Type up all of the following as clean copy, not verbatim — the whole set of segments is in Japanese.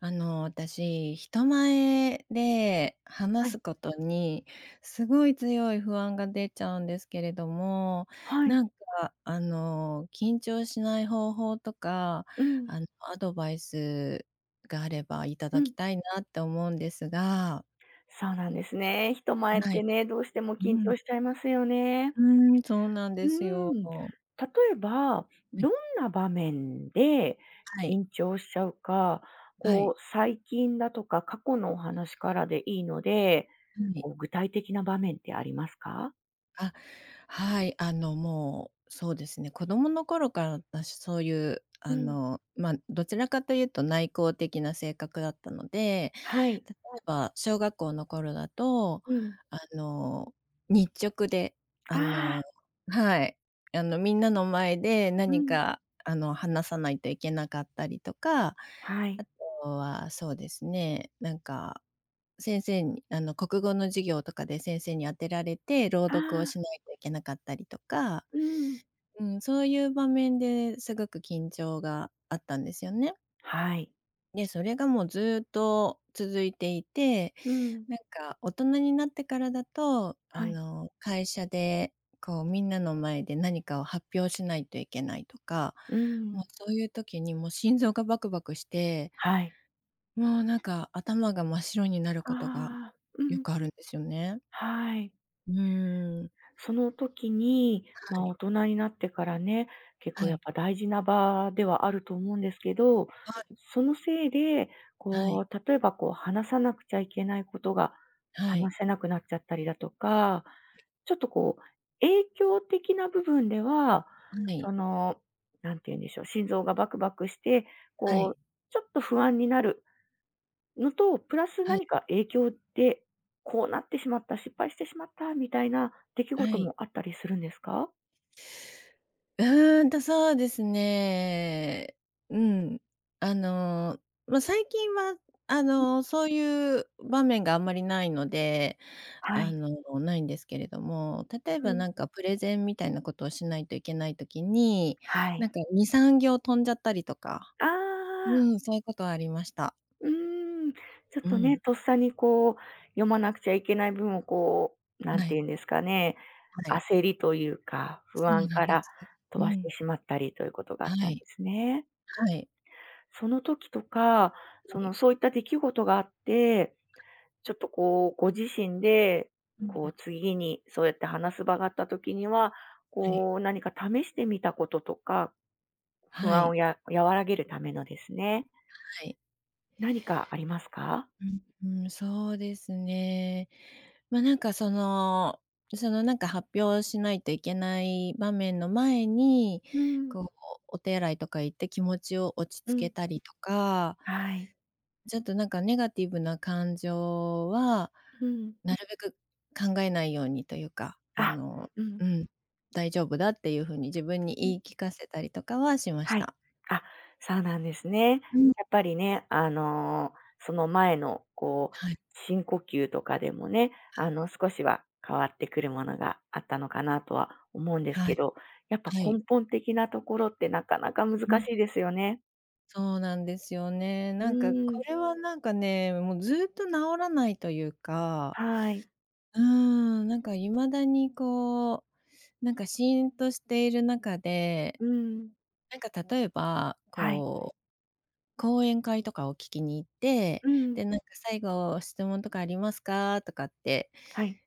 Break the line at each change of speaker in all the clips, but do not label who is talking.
私、人前で
は
話
い、
すことに、すごい強い不安が出ちゃうんですけれども、
はい。
なんか、緊張しない方法とか、
うん、
アドバイスがあればいた
う
だき
ん。
たいなって思うんですが。
そうなんですね。人前っ
はい。
てね、どうしても
う
緊
ん。
張しちゃいますよね。
うーん、そうなん
う
で
ー
すよ。
ん。例えば、
は
ど
い。
んな場面で
はい。
緊張しちゃうか、
はい。
こう、最近だとか過去のお話からでいいので、
はい。
こう、具体的な場面ってありますか？
あ、はい、もう、そうですね、子供の頃から私そういう、
うん。
ま、あどちらかというと内向的な性格だったので、
はい。
例えば小学校の頃だと、
うん。
あの、日直で、あ
あ
の
あ、
はい、みんなの前で
う
何
ん。
か、話さないといけなかったりとか、
は
あ
い。
とはそうですね、なんか先生に国語の授業とかで先生に当てられて、朗
ああ、
読をしないといけなかったりとか、
うん。
うん、そういう場面ですごく緊張があったんですよね。
はい。
で、それがもうずっと続いていて、
うん。
なんか大人になってからだと、
はい。
会社でこうみんなの前で何かを発表しないといけないとか、
う
もう
ん。
そういう時にもう心臓がバクバクして
はい。
もうなんか頭が真っ白になることが
ああ、う
よ
ん。
くあるんですよね。
はい。
うーん。
その時に、
は
大
い。
人になってからね、結
は
構やっ
い。
ぱ大事な場ではあると思うんですけど、
はい。
そのせいで、
はい。
こう、例えばこう話さなくちゃいけないことが
はい。
話せなくなっちゃったりだとか、ちょっとこう影響的な部分では、
はい。
その、なんて言うんでしょう、心臓がバクバクして、
は
こ
い。
う、ちょっと不安になるのと、プラス何か影響で、こうなってしまった、失敗してしまったみたいな出来
は
事
い。
もあったりするんですか？
うーんと、そうですね。うん。あの、ま、最近は、そういう場面があんまりないので、
はい。
ないんですけれども、例え
う
ば
ん。
なんかプレゼンみたいなことをしないといけない時に、
は
なん
い。
か2、3行飛んじゃったりとか
あ
う
あ、
ん、そういうことはありました。
うーん。ちょっ
う
とね、
ん。
とっさにこう、読まなくちゃいけない分をこう、なん
は
て
い。
いうんですかね、
はい。
焦りというか、
そ
不
う
安
なん
か
で
ら
す。う
飛ばして
ん。
しまったりということがあっ
は
たんで
い。
すね。
はい。
その時とか、そ
は
の、
い。
そういった出来事があってちょっとこう、ご自身で、
うん。
こう、次にそうやって話す場があった時には、
はい。
こう、何か試してみたこととか、不
は
安
い、
をや和らげるためのですね、
はい。
何かありますか？
うん。うん、そうですね。まあ、なんかそのなんか発表しないといけない場面の前に、
うん、
こうお手洗いとか行って気持ちを落ち
う
着け
ん。
たりとか
はい。
ちょっとなんかネガティブな感情は、
うん。
なるべく考えないようにというか、
あ。うん。
うん、大丈夫だっていう風に自分に言い聞かせたりとかはしまし
はい。
た。
あ、そうなんですね。や
うん。
っぱりね、その前の、こう、
はい、
深呼吸とかでもね、少しは変わってくるものがあったのかなとは思うんです
は
け
い、
ど、やっぱ
は
根
い。
本的なところってなかなか難
うん。
しいですよね。
そうなんですよね。
う
なんかこ
ーん、
れはなんかね、もうずっと治らないというか、
はい。
うーん、なんか未だにこう、なんかシーンとしている中で、
うーん、
なんか例えば、
はい。
こう講演会とかを聞きに行って、
うん、
で、なんか最後「質問とかありますか？」とかって
はい。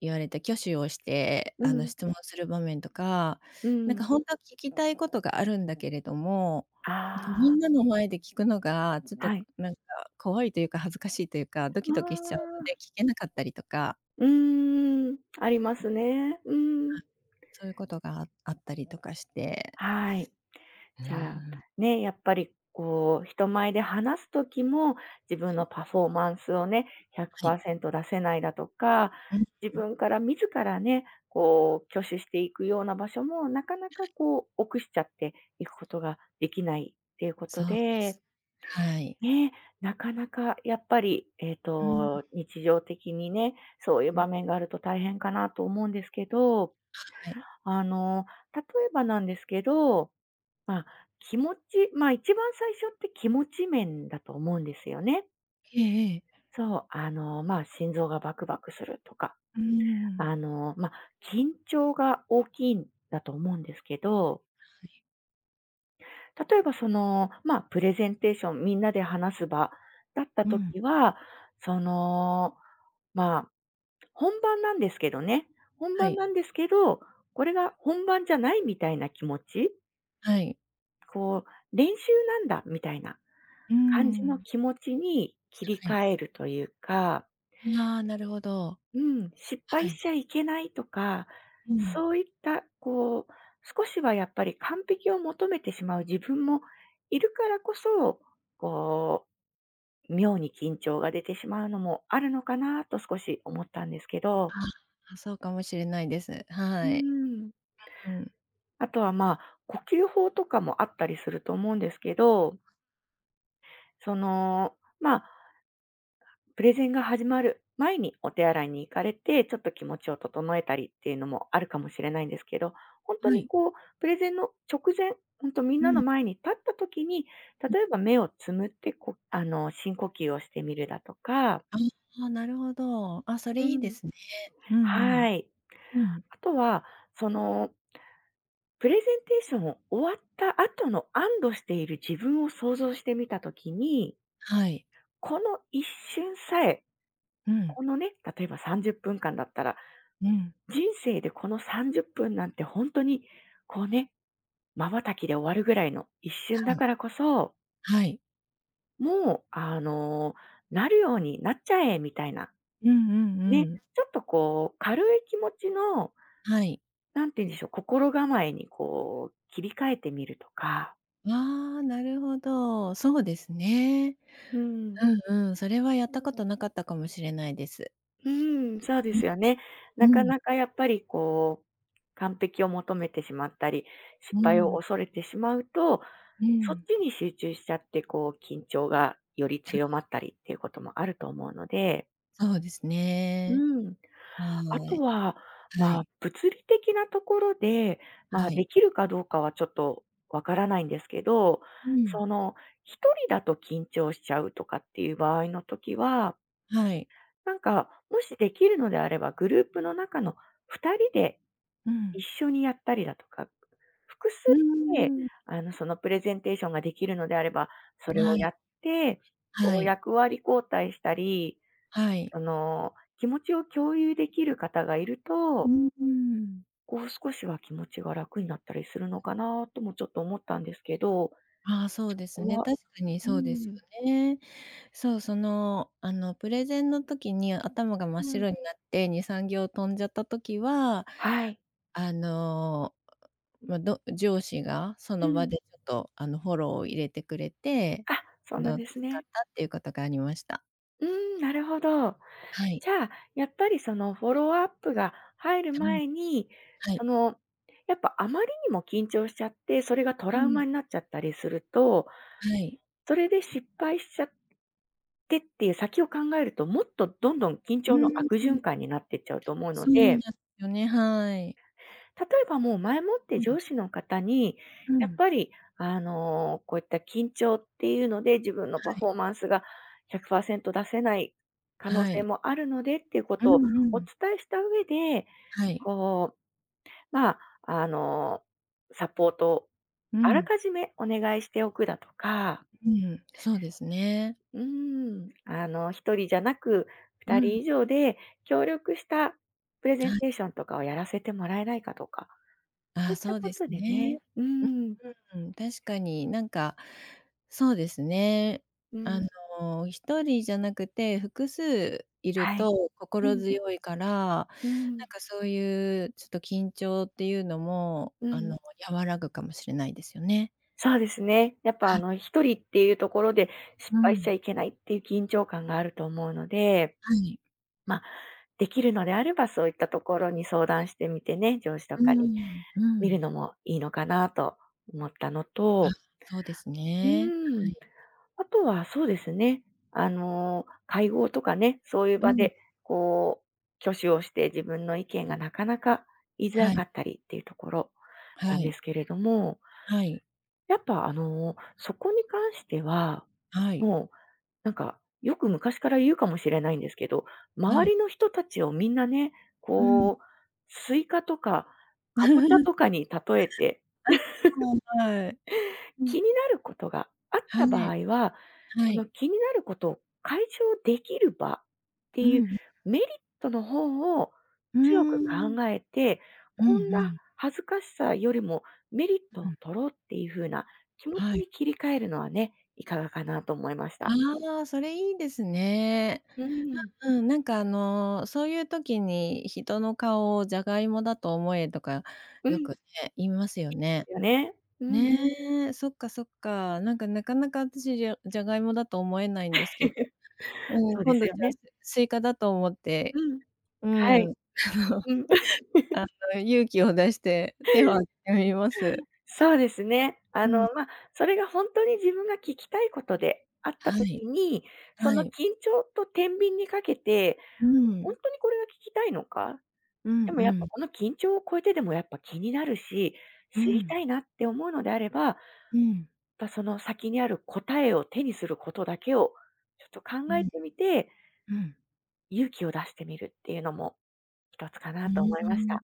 言われて、挙手をして、
うん、
質問する場面とか、
う
なんか
ん。
ほんとは聞きたいことがあるんだけれども、なんかみ
ああ、
んなの前で聞くのがちょっ
は
と
い。
なんか怖いというか恥ずかしいというか、ドキ
あ
ドキしちゃうので
あ、
聞けなかったりとか、
うーん、ありますね。うー
は
ん、
い、そういうことがああったりとかして。
はい。
うー
じゃあ、
ん。
ね、やっぱりこう、人前で話す時も、自分
はい、
のパフォーマンスをね、
はい。
100%出せないだとか、
うん
自
うん。
分から自らね、こう、挙手していくような場所も、なかなかこう、臆しちゃっていくことができないっていうこ
そ
と
うで
で、
す。はい。
ね、なかなかやっぱり、
うん、
日常的にね、そういう
うん、
場面があると大変かなと思うんですけど、
はい。
あの、例えばなんですけどまあ、気持ちまあ、一番最初って気持ち面だと思うんですよね。
ええええ。
そう、心臓がバクバクするとか、
うーん、
あの、ま、緊張が大きいんだと思うんですけど、例えばその、プレゼンテーション、みんなで話す場だった
うん。
時は、その、まあ、本番なんですけどね、本
は
番
い、
なんですけど、これが本番じゃないみたいな気持ち
はい。
こう、練習なんだみたいな
うー
感じの
ん。
気持ちに切り
はい。
替えるというか、
ああ、なるほど。
うん、失
は
敗
い。
しちゃいけないとか、
うん。
そういった、こう、少しはやっぱり完璧を求めてしまう自分もいるからこそ、こう、妙に緊張が出てしまうのもあるのかなと少し思ったんですけど、
ああ、そうかもしれないです。
う
はい。
ん。
うん。
あとはまあ、呼吸法とかもあったりすると思うんですけど、その、プレゼンが始まる前にお手洗いに行かれて、ちょっと気持ちを整えたりっていうのもあるかもしれないんですけど、本当
は
に
い。
こう、プレゼンの直前、本当みん
う
なの
ん。
前に立った時に、
うん。
例えば目をつむって、こあの、深呼吸をしてみるだとか
ああ、なるほど。あ、それ
う
いいで
ん。
すね。うんうん。
はい。
うん。
あとは、その、プレゼンテーションを終わった後の安堵している自分を想像してみた時に、
はい。
この一瞬さえ、
うん、
このね、例えば30分間だったら
うん。
人生でこの30分なんて本当に、こうね、瞬きで終わるぐらいの一瞬
は
だ
い、
からこそ、
はい。
もう、なるようになっちゃえみたいな、
うんうんう
ね、
ん。
ちょっとこう軽い気持ちの、
はい。
なんて言うんでしょう、心構えにこう切り替えてみるとか、
ああ、なるほど。そうですね。
うん。
うんうん、それはやったことなかったかもしれないです。
うん、そうですよね。
う
な
ん、う
か
ん、
なかやっぱりこう、完璧を求めてしまったり、失
う
敗を
ん、
恐れてしまうと、
う
そっ
ん。
ちに集中しちゃって、こう緊張がより強まったりっていうこともあると思うので、
そうですね。
うん。
は
あと
い。
は、
はい。
物理的なところで、
は
で
い。
きるかどうかはちょっとわからないんですけど、
うん。
その、一人だと緊張しちゃうとかっていう場合の時は、
はい。
なんか、もしできるのであれば、グループの中の2人で
うん。
一緒にやったりだとか、複数
うー
で、
ん。
そのプレゼンテーションができるのであれば、それ
は
をや
い。
って、
は
こう
い。
役割交代したり、
はい。
気持ちを共有できる方がいる
う
と、
ーん。
こう少しは気持ちが楽になったりするのかなともちょっと思ったんですけど、
ああ、そうです
ここ
ね。
は
確かに
う
そうですよ
ん、
ね。そう、その、プレゼンの時に頭が真っ
うん、
白になって2、3行飛んじゃった時は、
はい、
あの、ま、上司がそ
う
の場
ん。
でちょっと、フォローを入れてくれて、
あ、そうなん
助
です
かっ
ね。
たっていうことがありました。
うーん、なるほど。
はい。
じゃあ、やっぱりそのフォローアップが入る前に、
は
そ
い。
の、やっぱあまりにも緊張しちゃって、それがト
う
ラウ
ん。
マになっちゃったりすると、
はい。
それで失敗しちゃってっていう先を考えると、もっとどんどん緊
う
張の
ー
悪循
ん。
環になってっちゃうと思うの
そうなんで
で
すよね、はい。
例えばもう前もって
うん、
上司の方に、
う
やっ
ん。
ぱり、こういった緊張っていうので、自分の
は
パ
い、
フォーマンスが100%出せない可能
は
性
い。
もあるのでっていうこ
う
とを
んう
お
ん
伝えした上で、
はい。
こう、まあ、あの、サポートを
う
あら
ん。
かじめお願いしておくだとか、
うん。うんそうですね。
うん、1人じゃなく
う
2
ん。
人以上で協力したプレゼ
は
ン
い、
テーションとかをやらせてもらえないかとか、
あ
そ
あ、
ういっ
そ
た
う
こ
です
とで
ね。
ね、うん、
うん、確かになんか、そうですね。
う
あ
ん。
1人じゃなくて複数いる
はい。
と
う
心
ん、
強いから、
うん、
なんかそういうちょっと緊張っていうのも、
うん。
和らぐかもしれないですよね。
そうですね。やっぱ
は
あ
い。
の一人っていうところで失
う
敗しちゃ
ん、
いけないっていう緊張感があると思うので、
はい。
まあ、できるのであればそういったところに相談してみてね、上司と
う
かに
ん、う
見る
ん。
のもいいのかなと思ったの
あ、
と
そうですね。
う
は
ん。
い。
あとはそうですね、会合とかね、そういう
う
場
ん、ん。
で、こう、挙手をして自分の意見がなかなか言いづ
は
らか
い、
ったりっていうところ
は
なんで
い、
すけれども、
はい、
やっぱあの、そこに関しては、
はい、
もうなんか、よく昔から言うかもしれないんですけど、
は
周
い。
りの人たちをみんなね、
うん。
こう、スイカとか、かぼちゃと かに例えて
あ、はいはい。う
気
ん。
になることがあっ
は
た場
い、
合は、
は
その
い。
気になることを解消できる場っ
う
ていう
ん、
メリットの方を
うー
強く
ん。
考えて、
うんう
こんな
ん、
恥ずかしさよりもメリット
う
を
ん。
取ろうっていう風な気持ち
はい。
に切り替えるのはね、いかがかなと思いました。
ああ、それいいですね。
うん。
うん、なんかそういう時に人の顔をジャガイモだと思えとか、
う
よ
ん。
くね、言いますよね。
よね。うん。
ねえ、そっかそっか。なんかなかなか私じゃがいもだと思えないんですけど、うん、
そうで
今度
す
じ
よ
ゃあ、
ね。
スイカだと思って、
うん。
う
はい。
ん、
うん。
あ勇気を出して手を挙げてみます。
そうですね。
うん。
それが本当に自分が聞きたいことであった
は
時
い、
に、そ
は
の緊
い。
張と天秤にかけて、
う
本
ん。
当にこれが聞きたいのか、
う
で
ん
も
う
やっぱ
ん。
この緊張を超えてでもやっぱ気になるし、
う
知り
ん。
たいなって思うのであれば、
うん。
やっぱ、その先にある答えを手にすることだけをちょっと
う
考え
ん。
てみて、
うん。
勇気を出してみるっていうのも一つか
う
なと思いまし
ん。
た。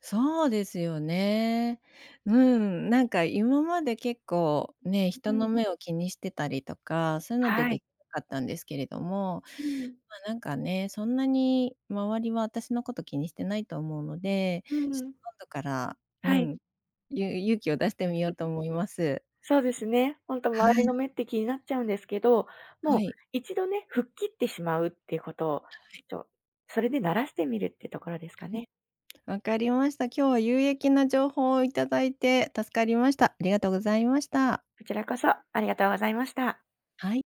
そうですよね。うん、なんか今まで結構ね、
う
人
ん。
の目を気にしてたりとか、そういうので
は
で
い。
きなかったんですけれども、
うん。
まあ、なんかね、そんなに周りは私のこと気にしてないと思うので、
う
ちょっと
ん。
今度から、う
はい。
ん、勇気を出してみようと思います。
そうですね。ほんと
は
周り
い
の目って気になっちゃうんですけど、
は
もう
い。
一度ね、吹っ切ってしまうっていうことを、ちょそれで慣らしてみるってところですか
はい、
ね。
わかりました。今日は有益な情報をいただいて助かりました。ありがとうございました。
こちらこそありがとうございました。
はい。